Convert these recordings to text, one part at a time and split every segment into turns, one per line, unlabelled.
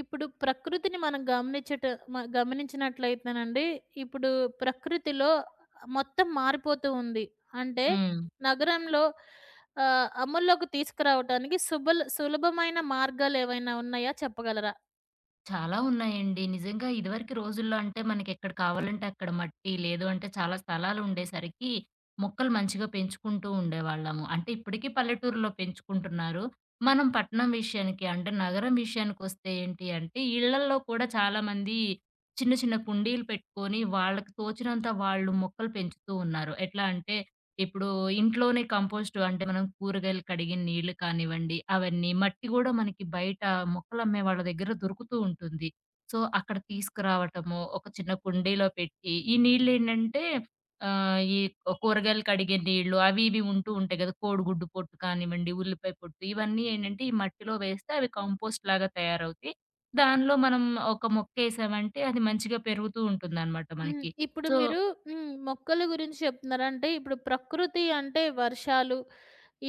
ఇప్పుడు ప్రకృతిని మనం గమనించట మ గమనించినట్లయితేనండి, ఇప్పుడు ప్రకృతిలో మొత్తం మారిపోతూ ఉంది. అంటే
హ్మ్.
నగరంలో అమల్లోకి తీసుకురావటానికి సులభమైన మార్గాలేవైనా ఉన్నాయా చెప్పగలరా?
చాలా ఉన్నాయండి. నిజంగా ఇదివరకు రోజుల్లో అంటే మనకెక్కడ కావాలంటే అక్కడ మట్టి, లేదు అంటే చాలా స్థలాలు ఉండేసరికి మొక్కలు మంచిగా పెంచుకుంటూ ఉండేవాళ్ళము. అంటే ఇప్పటికీ పల్లెటూరులో పెంచుకుంటున్నారు. మనం పట్టణం విషయానికి అంటే నగరం విషయానికొస్తే ఏంటి అంటే ఇళ్లల్లో కూడా చాలామంది చిన్న చిన్న కుండీలు పెట్టుకొని వాళ్ళకి తోచినంత వాళ్ళు మొక్కలు పెంచుతూ ఉన్నారు. ఎట్లా అంటే ఇప్పుడు ఇంట్లోనే కంపోస్ట్ అంటే మనం కూరగాయలు కడిగిన నీళ్లు కానివ్వండి, అవన్నీ. మట్టి గూడా మనకి బయట మొక్కలమ్మే వాళ్ళ దగ్గర దొరుకుతూ ఉంటుంది. సో, అక్కడ తీసుకురావటము, ఒక చిన్న కుండీలో పెట్టి ఈ నీళ్లేంటంటే ఈ కూరగాయలు కడిగే నీళ్లు అవి ఇవి ఉంటూ ఉంటాయి గదా! కోడిగుడ్డు పొట్టు కానివ్వండి, ఉల్లిపాయ పొట్టు ఇవన్నీ ఏంటంటే ఈ మట్టిలో వేస్తే అవి కంపోస్ట్ లాగా తయారవుతాయి. దానిలో మనం ఒక మొక్కేసామంటే అది మంచిగా పెరుగుతూ ఉంటుందనమాట
హ్మ్.
మనకి.
ఇప్పుడు
సో
మీరు హ్మ్. మొక్కల గురించి చెప్తున్నారు. అంటే ఇప్పుడు ప్రకృతి అంటే వర్షాలు,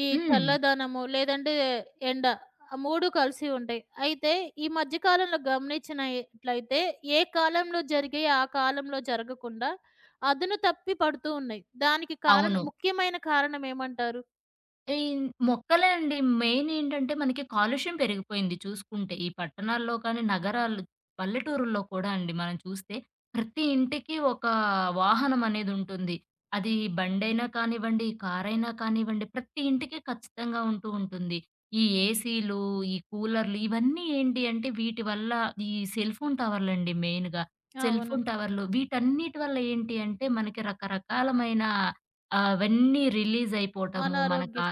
ఈ
హ్మ్.
చల్లదనము, లేదంటే ఎండ. ఆ 3 కలిసి ఉంటాయి. అయితే ఈ మధ్య కాలంలో గమనించినట్లయితే ఏ కాలంలో జరిగాయి ఆ కాలంలో జరగకుండా అదును తప్పి పడుతూ ఉన్నాయి. దానికి కారణం,
అవును.
ముఖ్యమైన కారణం ఏమంటారు?
ఈ మొక్కలే అండి. మెయిన్ ఏంటంటే మనకి కాలుష్యం పెరిగిపోయింది చూసుకుంటే. ఈ పట్టణాల్లో కానీ, నగరాలు పల్లెటూరుల్లో కూడా అండి మనం చూస్తే ప్రతి ఇంటికి ఒక వాహనం అనేది ఉంటుంది. అది బండైనా కానివ్వండి, కారైనా కానివ్వండి ప్రతి ఇంటికి ఖచ్చితంగా ఉంటూ ఉంటుంది. ఈ ఏసీలు, ఈ కూలర్లు ఇవన్నీ ఏంటి అంటే వీటి వల్ల ఈ సెల్ ఫోన్ టవర్లండి మెయిన్‌గా. సెల్
అవును.
ఫోన్ టవర్లు వీటన్నిటి వల్ల ఏంటి అంటే మనకి రకరకాలమైన అవన్నీ రిలీజ్ అయిపోవటము. మనకు
అనారోగ్య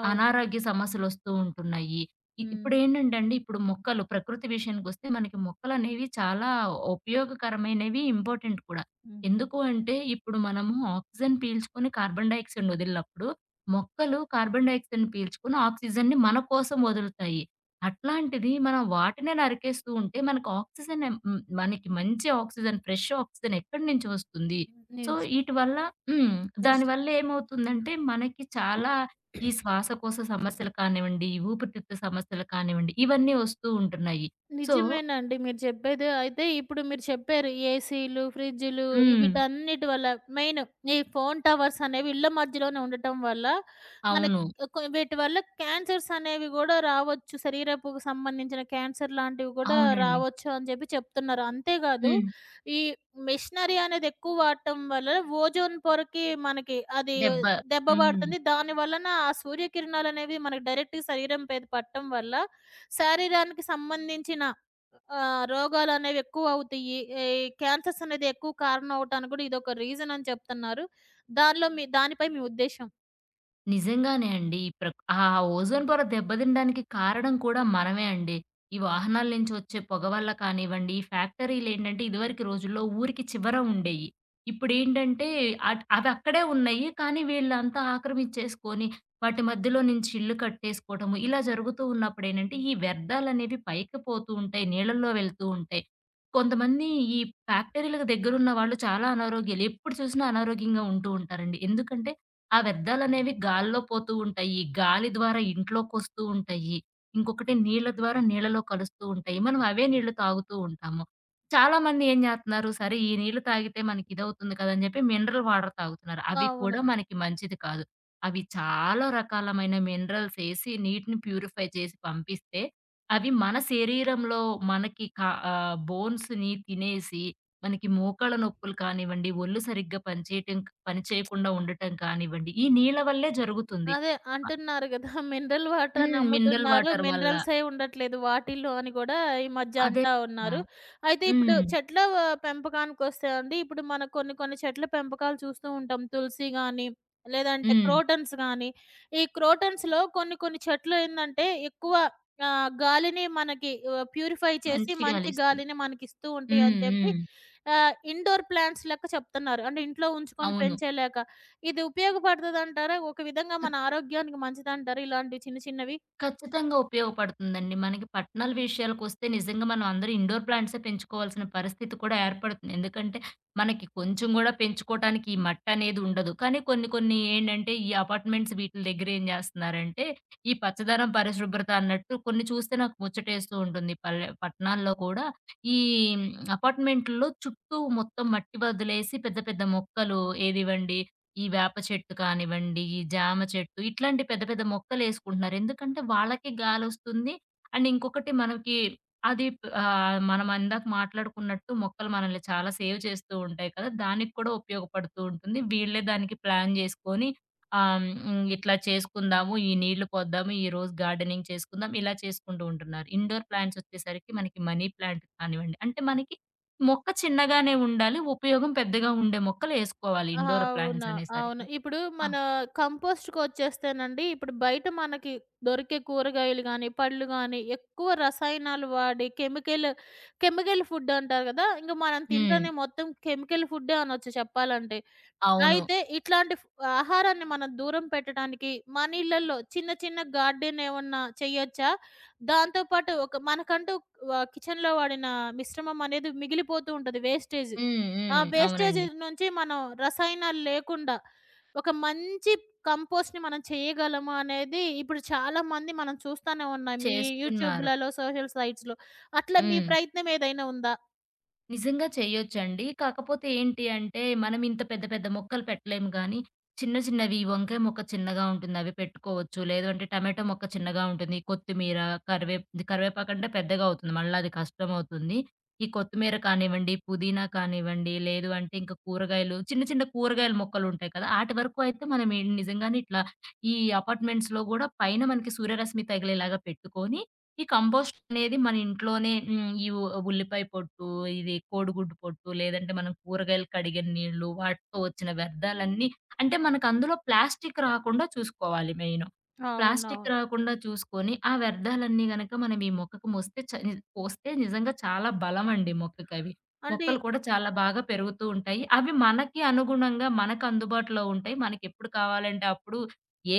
అవును.
అనారోగ్య సమస్యలొస్తూ ఉంటున్నాయి. ఇ
హ్మ్.
ఇప్పుడేంటంటే అండి, ఇప్పుడు మొక్కలు ప్రకృతి విషయానికొస్తే మనకి మొక్కలనేవి చాలా ఉపయోగకరమైనవి, ఇంపార్టెంట్ కూడా.
హ్మ్.
ఎందుకు అంటే, ఇప్పుడు మనము ఆక్సిజన్ పీల్చుకొని కార్బన్ డయాక్సైడ్‌ని వదిలినప్పుడు, మొక్కలు కార్బన్ డయాక్సైడ్‌ని పీల్చుకొని ఆక్సిజన్‌ని మన కోసం వదులుతాయి. అట్లాంటిది మనం వాటినే నరికేస్తూ ఉంటే మనకు ఆక్సిజన్ మనకి మంచి ఆక్సిజన్, ఫ్రెష్ ఆక్సిజన్ ఎక్కడి నుంచి వస్తుంది? సో,
నిజ్
ఈటి వల్ల హ్మ్.
నిజ్
దానివల్ల ఏమవుతుందంటే, మనకి చాలా ఈ శ్వాసకోశ సమస్యలు కానివ్వండి, ఊపిరితిత్తు సమస్యలు కానివ్వండి, ఇవన్నీ వస్తూ ఉంటున్నాయి. సో
నిజమేనండి మీరు చెప్పేది. అయితే ఇప్పుడు మీరు చెప్పారు ఏసీలు, ఫ్రిడ్జులు,
హ్మ్.
వీటన్నిటి వల్ల, మెయిన్ ఈ ఫోన్ టవర్స్ అనేవి ఇళ్ళ మధ్యలోనే ఉండటం వల్ల మనకు
అవును.
వీటి వల్ల క్యాన్సర్స్ అనేవి గూడా రావచ్చు. శరీరపుకు సంబంధించిన క్యాన్సర్ లాంటివి గూడా
అవునండి.
రావచ్చు అని చెప్పి చెప్తున్నారు. అంతేగాదు,
హ్మ్.
ఈ మిషనరీ అనేది ఎక్కువ వాడటం వల్ల ఓజోన్ పొరకి మనకి అది
దెబ్బ.
దెబ్బ
హ్మ్.
పడుతుంది. దాని వలన ఆ సూర్యకిరణాలనేవి మనకు డైరెక్ట్‌గా శరీరం మీద పడటం వల్ల శరీరానికి సంబంధించిన రోగాలనేవి ఎక్కువవుతాయి. ఈ క్యాన్సర్స్ అనేది ఎక్కువ కారణం అవ్వటానికి కూడా ఇదొక రీజన్ అని చెప్తున్నారు. దానిలో మీ దానిపై మీ ఉద్దేశ్యం?
నిజంగానే అండి. ఈ ప్రక్ ఆ ఓజోన్ పొర దెబ్బతినడానికి కారణం కూడా మనమే అండి. ఈ వాహనాల నుంచి వచ్చే పొగ వల్ల కానివ్వండి, ఈ ఫ్యాక్టరీలేంటంటే ఇదివరకు రోజుల్లో ఊరికి చివర ఉండేయి. ఇప్పుడేంటంటే అవక్కడే ఉన్నాయి. కానీ వీళ్ళంతా ఆక్రమించేసుకొని వాటి మధ్యలో నుంచి ఇల్లు కట్టేసుకోవటము, ఇలా జరుగుతూ ఉన్నప్పుడేంటంటే ఈ వ్యర్థాలనేవి పైకి పోతూ ఉంటాయి. నీళ్ళల్లో వెళ్తూ ఉంటాయి. కొంతమంది ఈ ఫ్యాక్టరీలకు దగ్గరున్న వాళ్ళు చాలా అనారోగ్యాలు ఎప్పుడు చూసినా అనారోగ్యంగా ఉంటూ ఉంటారండి. ఎందుకంటే ఆ వ్యర్థాలనేవి గాల్లో పోతూ ఉంటాయి. గాలి ద్వారా ఇంట్లోకొస్తూ ఉంటాయి. ఇంకొకటి నీళ్ళ ద్వారా నీళ్ళలో కలుస్తూ ఉంటాయి. మనం అవే నీళ్ళు తాగుతూ ఉంటాము. చాలా మంది ఏం జేత్తన్నారు, సరే ఈ నీళ్ళు తాగితే మనకి ఇదవుతుంది కదా! అని జెప్పి మినరల్ వాటర్ తాగుతున్నారు. అవి
అవును.
కూడా మనకి మంచిది కాదు. అవి చాలా రకాలమైన మినరల్స్ ఏసి నీటిని ప్యూరిఫై చేసి పంపిస్తే, అవి మన శరీరంలో మనకి బోన్స్‌ని తినేసి మనకి మోకాళ్ళ నొప్పులు కానివ్వండి, ఒళ్ళు సరిగ్గా పనిచేయటం పని చేయకుండా ఉండటం కానివ్వండి, ఈ నీళ్ళ వల్లే జరుగుతుంది.
అదే
అ
అంటున్నారు గదా! మినరల్ వాటర్ అని
హ్మ్. మినరల్
అమ్ముతున్నారు.
వాటర్ వల్ల.
మినరల్సే ఉండట్లేదు వాటిల్లో అని గూడా ఈ మధ్య
అదే
అంటా
కదా!
ఉన్నారు. అయితే ఇప్పుడు
హ్మ్.
చెట్ల వ పెంపకానికొస్తే అండి, ఇప్పుడు మనం కొన్ని కొన్ని చెట్ల పెంపకాలు చూస్తూ ఉంటాం. తులసి గాని, లేదంటే
హ్మ్.
క్రోటన్స్ గాని, ఈ క్రోటన్స్‌లో కొన్ని కొన్ని చెట్లు ఏందంటే ఎక్కువ గాలిని మనకి ప్యూరిఫై చేసి
మంచి
మంచి
గాలిస్తుంది.
గాలిని మనకిస్తూ ఉంటాయని
హ్మ్.
చెప్పి
హ్మ్.
ఇండోర్ ప్లాంట్స్ లెక్క చెప్తున్నారు. అంటే ఇంట్లో ఉంచుకొని
అవును.
పెంచేలేక. ఇది ఉపయోగపడుతదంటారా? ఒక విధంగా మన ఆరోగ్యానికి మంచిదంటారా ఇలాంటివి చిన్న చిన్నవి?
ఖచ్చితంగా ఉపయోగపడుతుందండి. మనకి పట్టణాల విషయాలకొస్తే నిజంగా మనం అందరూ ఇండోర్ ప్లాంట్సే పెంచుకోవాల్సిన పరిస్థితి కూడా ఏర్పడుతుంది. ఎందుకంటే, మనకి కొంచెం గూడా పెంచుకోటానికి ఈ మట్టనేది ఉండదు. కానీ కొన్ని కొన్ని ఏంటంటే, ఈ అపార్ట్‌మెంట్స్ వీటిల దగ్గర ఏం జేస్తన్నారంటే, ఈ పచ్చదనం, పరిశుభ్రత అన్నట్టు కొన్ని చూస్తే నాకు ముచ్చటేస్తూ ఉంటుంది. పల్లె పట్టణాల్లో కూడా ఈ అపార్ట్‌మెంట్‌ల్లో చుట్టూ మొత్తం మట్టి వదిలేసి పెద్ద పెద్ద మొక్కలు ఏదివ్వండి ఈ వేప చెట్టు కానివ్వండి, ఈ జామ చెట్టు ఇట్లాంటి పెద్ద పెద్ద మొక్కలేసుకుంటున్నారు. ఎందుకంటే వాళ్ళకి గాలొస్తుంది. అండ్ ఇంకొకటి మనకి మనం ఇందాక మాట్లాడుకున్నట్టు మొక్కలు మనల్ని చాలా సేవ్ చేస్తూ ఉంటాయి కదా! దానికి కూడా ఉపయోగపడుతూ ఉంటుంది. వీళ్ళే దానికి ప్లాన్ చేసుకొని ఆహ్, హ్మ్. ఇట్లా చేసుకుందాము, ఈ నీళ్లు పోద్దాము, ఈరోజు గార్డెనింగ్ చేసుకుందాం ఇలా చేసుకుంటూ ఉంటున్నారు. ఇండోర్ ప్లాంట్స్ వచ్చేసరికి మనకి మనీ ప్లాంట్ కానివ్వండి, అంటే మనకి మొక్క చిన్నగానే ఉండాలి. ఉపయోగం పెద్దగా ఉండే మొక్కలేసుకోవాలి
ఆహా!
ఇండోర్
అవునా?
ప్లాంట్స్
అవును.
అనేసరికి.
ఇప్పుడు
ఆ!
మన కంపోస్ట్‌కొచ్చేస్తేనండి, ఇప్పుడు బయట మనకి దొరికే కూరగాయలు గానీ, పళ్ళు గానీ, ఎక్కువ రసాయనాలు వాడి, కెమికల్ కెమికల్ ఫుడ్ అంటారు గదా! ఇంక మనం
హ్మ్.
తింటేనే మొత్తం కెమికల్ ఫుడ్డే అనొచ్చు చెప్పాలంటే.
అవును.
అయితే ఇట్లాంటి ఆహారాన్ని మనం దూరం పెట్టడానికి మన ఇళ్ళల్లో చిన్న చిన్న గార్డెన్ ఏమన్నా చేయొచ్చా? దాంతో పాటు ఒక మనకంటూ కిచెన్‌లో వాడిన మిశ్రమం అనేది మిగిలిపోతూ ఉంటది వేస్టేజ్.
హ్మ్.
ఆ
హ్మ్.
వేస్టేజ్
అవునండి.
నుంచి మనం రసాయనాలు లేకుండా ఒక మంచి కంపోస్ట్‌ని మనం చేయగలము అనేది ఇప్పుడు చాలా మంది మనం చూస్తానే ఉన్నాం. ఈ
చేస్తున్నారు.
యూట్యూబ్‌లలో, సోషల్ సైట్స్‌లో. అట్లా మీ
హ్మ్.
ప్రయత్నం ఏదైనా ఉందా?
నిజంగా చేయొచ్చండి. కాకపోతే ఏంటి అంటే, మనం ఇంత పెద్ద పెద్ద మొక్కలు పెట్టలేము గానీ, చిన్న చిన్నవి ఈ వంకాయ మొక్క చిన్నగా ఉంటుంది. అవి పెట్టుకోవచ్చు. లేదు అంటే టమాటో మొక్క చిన్నగా ఉంటుంది. కొత్తిమీర, కరివే కరివేపాకంటే పెద్దగా అవుతుంది. మళ్ళా అది కష్టమవుతుంది. ఈ కొత్తిమీర కానివ్వండి, పుదీనా కానివ్వండి, లేదు అంటే ఇంకా కూరగాయలు చిన్న చిన్న కూరగాయల మొక్కలుంటాయి కదా! ఆటి వరకు అయితే మనం నిజంగానే ఇట్లా ఈ అపార్ట్మెంట్స్‌లో గూడా పైన మనకి సూర్యరశ్మి తగిలేలాగా పెట్టుకొని ఈ కంపోస్ట్ అనేది మన ఇంట్లోనే హ్మ్. ఈ ఉ ఉల్లిపాయ పొట్టు, ఇది కోడిగుడ్డు పొట్టు, లేదంటే మనం కూరగాయలు కడిగిన నీళ్ళు, వాటితో వచ్చిన వ్యర్థాలన్నీ అంటే మనకు అందులో ప్లాస్టిక్ రాకుండా చూసుకోవాలి మెయిను.
అవునవును.
ప్లాస్టిక్ రాకుండా చూసుకొని, ఆ వ్యర్థాలన్నీ గనక మనం ఈ మొక్కకు మోస్తే చ ని పోస్తే నిజంగా చాలా బలమండి మొక్కకవి.
అంటే
మొక్కలు కూడా చాలా బాగా పెరుగుతూ ఉంటాయి. అవి మనకి అనుగుణంగా మనకు అందుబాటులో ఉంటాయి. మనకెప్పుడు కావాలంటే అప్పుడు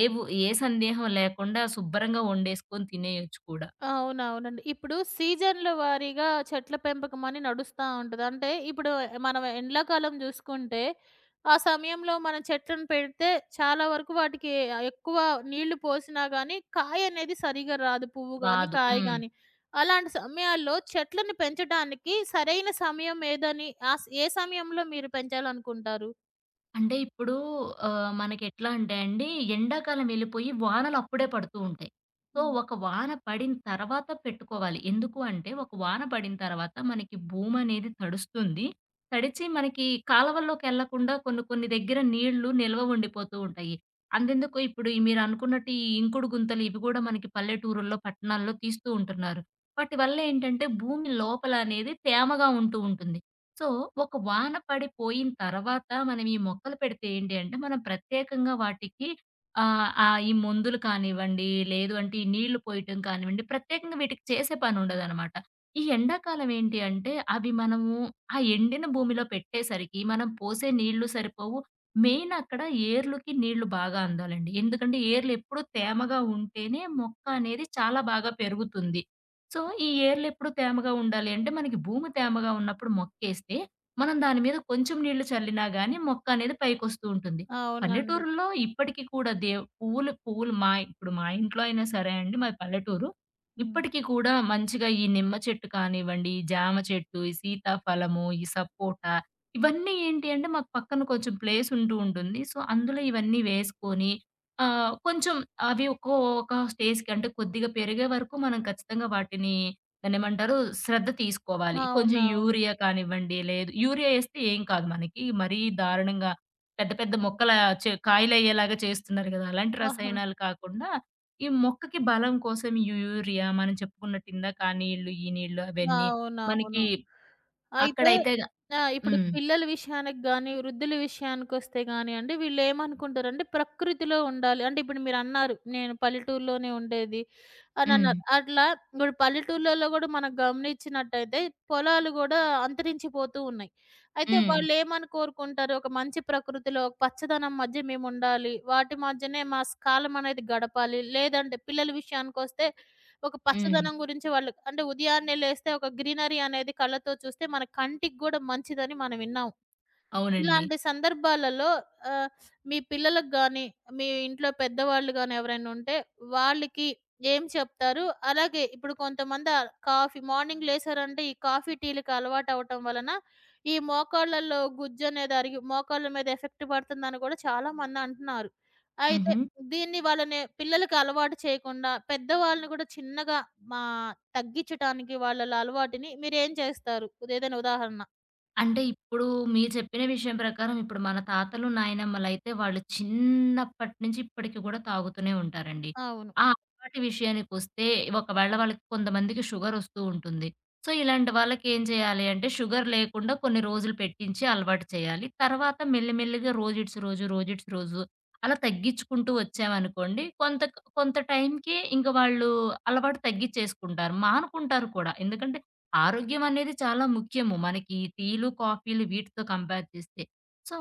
ఏ సందేహం లేకుండా శుభ్రంగా వండేసుకొని తినేయొచ్చు కూడా.
అవునవునండి. ఇప్పుడు సీజన్‌ల వారీగా చెట్ల పెంపకం అని నడుస్తా ఉంటది. అంటే ఇప్పుడు మనం ఎండ్లాకాలం జూసుకుంటే, ఆ సమయంలో మనం చెట్లను పెడితే చాలా వరకు వాటికి ఎక్కువ నీళ్లు పోసినా గానీ, కాయ అనేది సరిగ్గా రాదు. పువ్వు గానీ,
రాదు.
కాయ
హ్మ్.
గానీ. అలాంటి సమయాల్లో చెట్లను పెంచడానికి సరైన సమయం ఏదని, ఏ సమయంలో మీరు పెంచాలనుకుంటారు?
అంటే ఇప్పుడు మనకెట్లా అంటే అండి, ఎండాకాలం వెళ్ళిపోయి వానలు అప్పుడే పడుతూ ఉంటాయి. సో,
హ్మ్.
ఒక వాన పడిన తర్వాత పెట్టుకోవాలి. ఎందుకు అంటే, ఒక వాన పడిన తర్వాత మనకి భూమనేది తడుస్తుంది. తడిచి మనకి కాలవల్లోకెళ్ళకుండా కొన్ని కొన్ని దగ్గర నీళ్లు నిల్వ ఉండిపోతూ ఉంటాయి. అంతెందుకు ఇప్పుడు ఈ మీరనుకున్నట్టు ఈ ఇంకుడు గుంతలు ఇవి గూడా మనకి పల్లెటూరుల్లో, పట్టణాల్లో తీస్తూ ఉంటున్నారు. వాటి వల్లేంటంటే, భూమి లోపల అనేది తేమగా ఉంటూ ఉంటుంది. సో, ఒక వాన పడిపోయిన తర్వాత మనం ఈ మొక్కలు పెడితే ఏంటి అంటే, మనం ప్రత్యేకంగా వాటికి ఆహ్, ఆహ్, ఈ మందులు కానివ్వండి, లేదు అంటే ఈ నీళ్లు పోయటం కానివ్వండి, ప్రత్యేకంగా వీటికి చేసే పనుండదనమాట. ఈ ఎండాకాలం ఏంటి అంటే, అవి మనము ఆ ఎండిన భూమిలో పెట్టేసరికి మనం పోసే నీళ్లు సరిపోవు. మెయిన్ అక్కడ ఏర్లుకి నీళ్లు బాగా అందాలండి. ఎందుకంటే, ఏర్లు ఎప్పుడూ తేమగా ఉంటేనే మొక్క అనేది చాలా బాగా పెరుగుతుంది. సో, ఈ ఏర్లెప్పుడు తేమగా ఉండాలి అంటే, మనకి భూమి తేమగా ఉన్నప్పుడు మొక్కేస్తే, మనం దాని మీద కొంచెం నీళ్లు చల్లినా గానీ మొక్క అనేది పైకొస్తూ ఉంటుంది.
అవునండి.
పల్లెటూరుల్లో ఇప్పటికి కూడా పువ్వులు పువ్వులు మా ఇప్పుడు మా ఇంట్లో అయినా సరే అండి, మాది పల్లెటూరు.
హ్మ్.
ఇప్పటికి కూడా మంచిగా ఈ నిమ్మ చెట్టు కానివ్వండి, ఈ జామ చెట్టు, ఈ సీతాఫలము, ఈ సపోటా ఇవన్నీ ఏంటి అంటే, మాకు పక్కన కొంచెం ప్లేస్ ఉంటూ ఉంటుంది. సో, అందులో ఇవన్నీ వేసుకొని ఆ! కొంచెం అవి ఒక్కో ఒక స్టేజ్‌కి అంటే కొద్దిగా పెరిగే వరకు మనం ఖచ్చితంగా వాటిని దాన్నేమంటారు శ్రద్ధ తీసుకోవాలి. కొంచెం
అవునవును.
యూరియా కానివ్వండి, లేదు యూరియా ఏస్తే ఏం కాదు మనకి. మరీ దారుణంగా పెద్ద పెద్ద మొక్కల కాయలయ్యేలాగా చేస్తున్నారు గదా! అలాంటి
ఆహా!
రసాయనాలు కాకుండా ఈ మొక్కకి బలం కోసం యూరియా మనం చెప్పుకున్నట్టు ఇందాక ఆ నీళ్లు, ఈ నీళ్లు అవన్నీ
అవునవును.
మనకి
అయితే
అక్కడైతే
ఆ! ఇప్పుడు
హ్మ్.
పిల్లల విషయానికి గాని, వృద్ధుల విషయానికొస్తే గానియండి, వీళ్ళేమనుకుంటారంటే ప్రకృతిలో ఉండాలి. అంటే ఇప్పుడు మీరన్నారు, నేను పల్లెటూరులోనే ఉండేది
హ్మ్.
అనన్నారు. అట్లా ఇప్పుడు పల్లెటూర్లలో గూడా మనం గమనిచ్చినట్టయితే పొలాలు గూడా అంతరించిపోతూ ఉన్నాయి. అయితే
హ్మ్.
వాళ్ళేమని కోరుకుంటారు, ఒక మంచి ప్రకృతిలో, ఒక పచ్చదనం మధ్య మేముండాలి. వాటి మధ్యనే మా స్ కాలం అనేది గడపాలి. లేదంటే పిల్లల విషయానికొస్తే ఒక
హ్మ్.
పచ్చదనం గురించి వాళ్ళు, అంటే ఉదయాన్నే లేస్తే ఒక గ్రీనరీ అనేది కళ్ళతో చూస్తే మన కంటికి గూడా మంచిదని మనం విన్నాం.
అవునండి.
ఇలాంటి సందర్భాలలో ఆహ్, మీ పిల్లలకు గాని, మీ ఇంట్లో పెద్దవాళ్ళు గాని ఎవరైనా ఉంటే వాళ్ళకి ఏం చెప్తారు? అలాగే ఇప్పుడు కొంతమంది కాఫీ మార్నింగ్ లేసారంటే ఈ కాఫీ, టీలకి అలవాటవ్వటం వలన ఈ మోకాళ్ళలో గుజ్జనేది అరిగి మోకాళ్ళ మీద ఎఫెక్ట్ పడుతుందని కూడా చాలామంది అంటున్నారు. అయితే
హుహు.
దీన్ని వాళ్ళని, పిల్లలకి అలవాటు చేయకుండా, పెద్దవాళ్ళని కూడా చిన్నగా మా తగ్గించటానికి వాళ్ళ అలవాటుని మీరేం చేస్తారు? ఏదైనా ఉదాహరణ?
అంటే ఇప్పుడు మీరు చెప్పిన విషయం ప్రకారం ఇప్పుడు మన తాతలు, నాయనమ్మలైతే వాళ్ళు చిన్నప్పటి నుంచి ఇప్పటికి కూడా తాగుతూనే ఉంటారండి.
అవును.
ఆ అలవాటు విషయానికొస్తే ఒకవేళ వాళ్ళకి కొంతమందికి షుగర్ వస్తూ ఉంటుంది. సో, ఇలాంటి వాళ్ళకి ఏం చేయాలి అంటే షుగర్ లేకుండా కొన్ని రోజులు పెట్టించి అలవాటు చేయాలి. తర్వాత మెల్లిమెల్లిగా రోజిడిసి రోజు, రోజిడిసి రోజు అలా తగ్గించుకుంటూ వచ్చామనుకోండి కొంత కొంత టైంకి ఇంక వాళ్ళు అలవాటు తగ్గిచ్చేసుకుంటారు. మానుకుంటారు కూడా. ఎందుకంటే ఆరోగ్యం అనేది చాలా ముఖ్యము. మనకి ఈ టీలు, కాఫీలు వీటితో కంపేర్ చేస్తే. సో,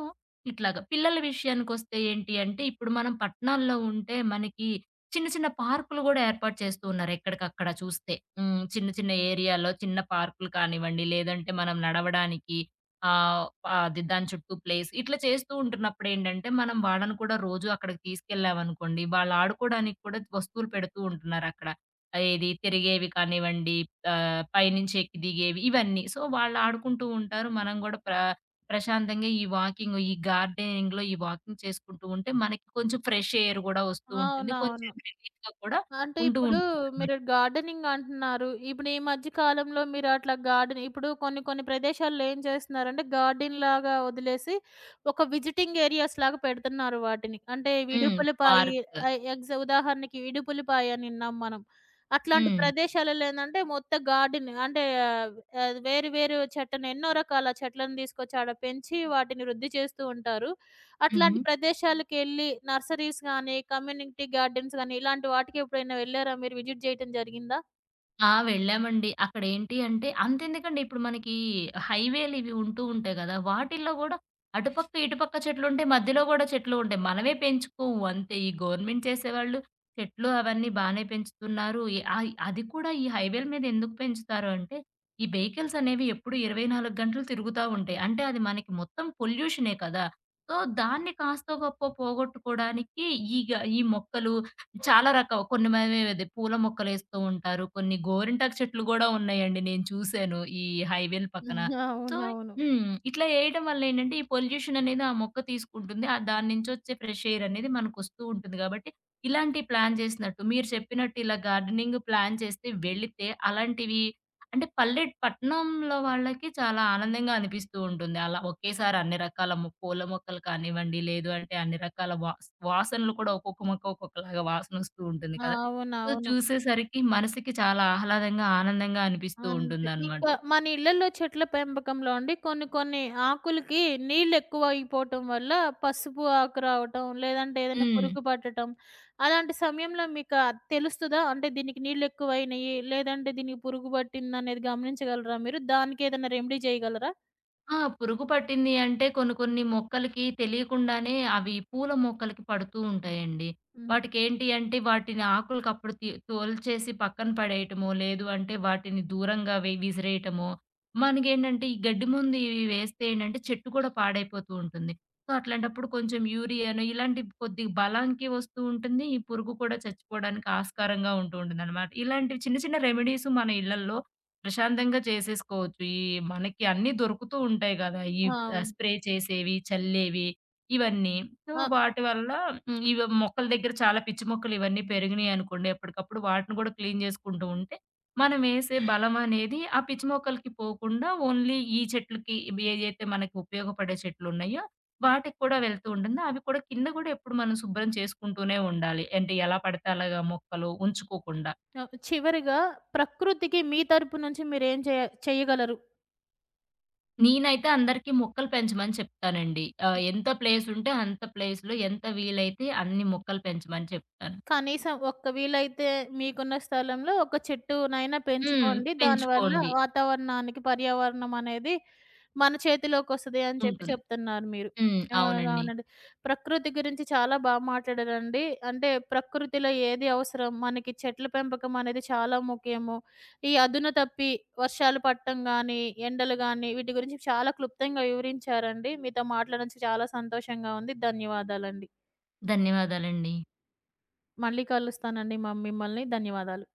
ఇట్లాగా. పిల్లల విషయానికొస్తే ఏంటి అంటే, ఇప్పుడు మనం పట్టణాల్లో ఉంటే మనకి చిన్న, చిన్న పార్కులు గూడా ఏర్పాటు చేస్తూ ఉన్నారు ఎక్కడికక్కడ చూస్తే. హ్మ్. చిన్న, చిన్న ఏరియాలో చిన్న పార్కులు కానివ్వండి, లేదంటే మనం నడవడానికి ఆహ్, అది దాని చుట్టూ ప్లేస్ ఇట్లా చేస్తూ ఉంటున్నప్పుడేంటంటే, మనం వాళ్ళని కూడా రోజు అక్కడికి తీసుకెళ్ళామనుకోండి, వాళ్ళు ఆడుకోవడానికి కూడా వస్తువులు పెడుతూ ఉంటున్నారక్కడ. ఏది తిరిగేవి కానివ్వండి, పైనుంచి ఎక్కి దిగేవి ఇవన్నీ. సో, వాళ్ళు ఆడుకుంటూ ఉంటారు. మనం గూడా ప్రశాంతంగా ఈ వాకింగ్, ఈ గార్డెనింగ్‌లో ఈ వాకింగ్ చేసుకుంటూ ఉంటే మనకి కొంచెం ఫ్రెష్ ఎయిర్ గూడా వస్తూ ఉంటుంది. కొంచెం
అవునవును.
రిలీఫ్‌గా కూడా
అంటే
ఉంటూ
ఇప్పుడు
ఉంటుందనమాట.
మీరు గార్డెనింగ్ అంటున్నారు. ఇప్పుడు ఈ మధ్య కాలంలో మీరు అట్లా గార్డెన్, ఇప్పుడు కొన్ని కొన్ని ప్రదేశాల్లో ఏం చేస్తున్నారంటే గార్డెన్‌లాగా వదిలేసి ఒక విజిటింగ్ ఏరియాస్‌లాగా పెడుతున్నారు వాటిని. అంటే
హ్మ్.
ఇడుపులపాయి
పార్క్.
ఆహ్, ఎగ్స్ ఉదాహరణకి ఇడుపులపాయ అని విన్నాం మనం. అట్లాంటి
హ్మ్.
ప్రదేశాలలో ఏందంటే మొత్తం గార్డెన్ అంటే వేరు వేరు చెట్లను, ఎన్నో రకాల చెట్లను తీసుకొచ్చి ఆడ పెంచి వాటిని వృద్ధి చేస్తూ ఉంటారు.
హుహు.
అట్లాంటి ప్రదేశాలకెళ్ళి నర్సరీస్ గాని, కమ్యూనిటీ గార్డెన్స్ గాని, ఇలాంటి వాటికి ఎప్పుడైనా వెళ్లారా మీరు? విజిట్ చేయటం జరిగిందా?
ఆ! వెళ్ళామండి. అక్కడేంటి అంటే అంతెందుకండి ఇప్పుడు మనకి హైవేలివి ఉంటూ ఉంటాయి గదా! వాటిల్లో గూడా అటుపక్క, ఇటుపక్క చెట్లుంటాయి. మధ్యలో గూడా చెట్లు ఉంటాయి. మనమే పెంచుకోము అంతే. ఈ గవర్నమెంట్ చేసేవాళ్ళు చెట్లు అవన్నీ బానే పెంచుతున్నారు. ఈ ఆయి అది కూడా ఈ హైవేల మీద ఎందుకు పెంచుతారు అంటే, ఈ వెహికల్స్ అనేవి ఎప్పుడు 24 గంటలు తిరుగుతా ఉంటాయి. అంటే అది మనకి మొత్తం పొల్యూషనే కదా! సో, దాన్ని కాస్తో గొప్పో పోగొట్టుకోడానికి ఈగ ఈ మొక్కలు చాలా రకం కొన్ని మనమేది పూల మొక్కలేస్తూ ఉంటారు. కొన్ని గోరింటాకు చెట్లు గూడా ఉన్నాయండి నేను చూసాను. ఈ హైవేల పక్కన. సో
అవునవును.
హ్మ్. ఇట్లా ఏయడం వల్ల ఏంటంటే, ఈ పొల్యూషన్ అనేది ఆ మొక్క తీసుకుంటుంది. దాని నుంచొచ్చే ఫ్రెష్ ఎయిర్ అనేది మనకొస్తూ ఉంటుంది గాబట్టి, ఇలాంటి ప్లాన్ చేసినట్టు మీరు చెప్పినట్టు ఇలా గార్డెనింగ్ ప్లాన్ చేస్తే వెళితే అలాంటివి అంటే పల్లె పట్టణంలో వాళ్ళకి చాలా ఆనందంగా అనిపిస్తూ ఉంటుంది. అలా ఒకేసారి అన్ని రకాల పూల మొక్కలు కానివ్వండి, లేదు అంటే అన్ని రకాల వాసనలు కూడా ఒక్కొక్క మొక్క ఒక్కొక్కలాగా వాసనొస్తూ ఉంటుంది
ఆ!
కదా! సో,
అవునవును.
చూసేసరికి మనసుకి చాలా ఆహ్లాదంగా, ఆనందంగా అనిపిస్తూ
అంతే.
ఉంటుందనమాట.
ఇంకా మన ఇళ్లలో చెట్ల పెంపకంలో అండి కొన్ని కొన్ని ఆకులకి నీళ్ళెక్కువ అయిపోవటం వల్ల పసుపు ఆకు రావటం, లేదంటే ఏదైనా
హ్మ్.
పురుగు పట్టటం, అలాంటి సమయంలో మీకు అది తెలుస్తదా? అంటే దీనికి నీళ్ళెక్కువైనయి, లేదంటే దీనికి పురుగు పట్టిందనేది గమనించగలరా మీరు? దానికేదైనా రెమెడీ చేయగలరా?
ఆ! పురుగు పట్టింది అంటే కొన్ని కొన్ని మొక్కలకి తెలియకుండానే అవి పూల మొక్కలకి పడుతూ ఉంటాయండి.
హ్మ్.
వాటికేంటి అంటే వాటిని ఆకులకప్పుడు తోల్చేసి పక్కన పడేయటమో, లేదు అంటే వాటిని దూరంగా విసిరేయటమో, మనకేంటంటే ఈ గడ్డి మందు ఇవి వేస్తే ఏంటంటే చెట్టు కూడా పాడైపోతూ ఉంటుంది. సో, అట్లాంటప్పుడు కొంచెం యూరియానో ఇలాంటి కొద్ది బలానికి వస్తూ ఉంటుంది. ఈ పురుగు కూడా చచ్చిపోవడానికి ఆస్కారంగా ఉంటూ ఉంటుందనమాట. ఇలాంటి చిన్న చిన్న రెమెడీస్ మన ఇళ్లల్లో ప్రశాంతంగా చేసేసుకోవచ్చు. ఈ మనకి అన్నీ దొరుకుతూ ఉంటాయి గదా!
ఆ! అవును.
స్ప్రే చేసేవి, చల్లేవి ఇవన్నీ. సో,
ఆ!
వాటి వల్ల హ్మ్. ఇవి మొక్కల దగ్గర చాలా పిచ్చి మొక్కలు ఇవన్నీ పెరిగినాయనుకోండి, ఎప్పటికప్పుడు వాటిని గూడా క్లీన్ జేసుకుంటూ ఉంటే, మనమేసే బలమనేది ఆ పిచ్చి మొక్కలకి పోకుండా ఓన్లీ ఈ చెట్లుకి ఇవి ఏయైతే మనకి ఉపయోగపడే చెట్లున్నాయో, వాటికి కూడా వెళ్తూ ఉంటుంది. అవి కూడా కింద గూడా ఎప్పుడు మనం శుభ్రం చేసుకుంటూనే ఉండాలి. అంటే ఎలా పడితే అలాగా మొక్కలు ఉంచుకోకుండా.
ఆ! చివరిగా ప్రకృతికి మీ తరపు నుంచి మీరేం చేయ చేయగలరు?
నేనైతే అందరికీ మొక్కలు పెంచమని చెప్తానండి. ఎంత ప్లేస్ ఉంటే అంత ప్లేస్‌లో ఎంత వీలైతే అన్ని మొక్కలు పెంచమని చెప్తాను.
కనీసం ఒక్క, వీలైతే మీకున్న స్థలంలో ఒక చెట్టునైనా
హ్మ్.
పెంచుకోండి. దానివల్ల
పెంచుకోండి
వాతావరణానికి, పర్యావరణం అనేది మన చేతిలోకొస్తది అని చెప్పి
ఉంటుంది.
చెప్తున్నారు మీరు.
హ్మ్.
ఆ!
అవునండి.
అవునండి. ప్రకృతి గురించి చాలా మాట్లాడారండి. అంటే ప్రకృతిలో ఏది అవసరం, మనకి చెట్ల పెంపకం అనేది చాలా ముఖ్యము. ఈ అదును తప్పి వర్షాలు పడటం గానీ, ఎండలు గానీ వీటి గురించి చాలా క్లుప్తంగా వివరించారండి. మీతో మాట్లాడడం చాలా సంతోషంగా ఉంది. ధన్యవాదాలండి.
ధన్యవాదాలండి.
మళ్ళీ కలుస్తానండి మిమ్మల్ని. ధన్యవాదాలు.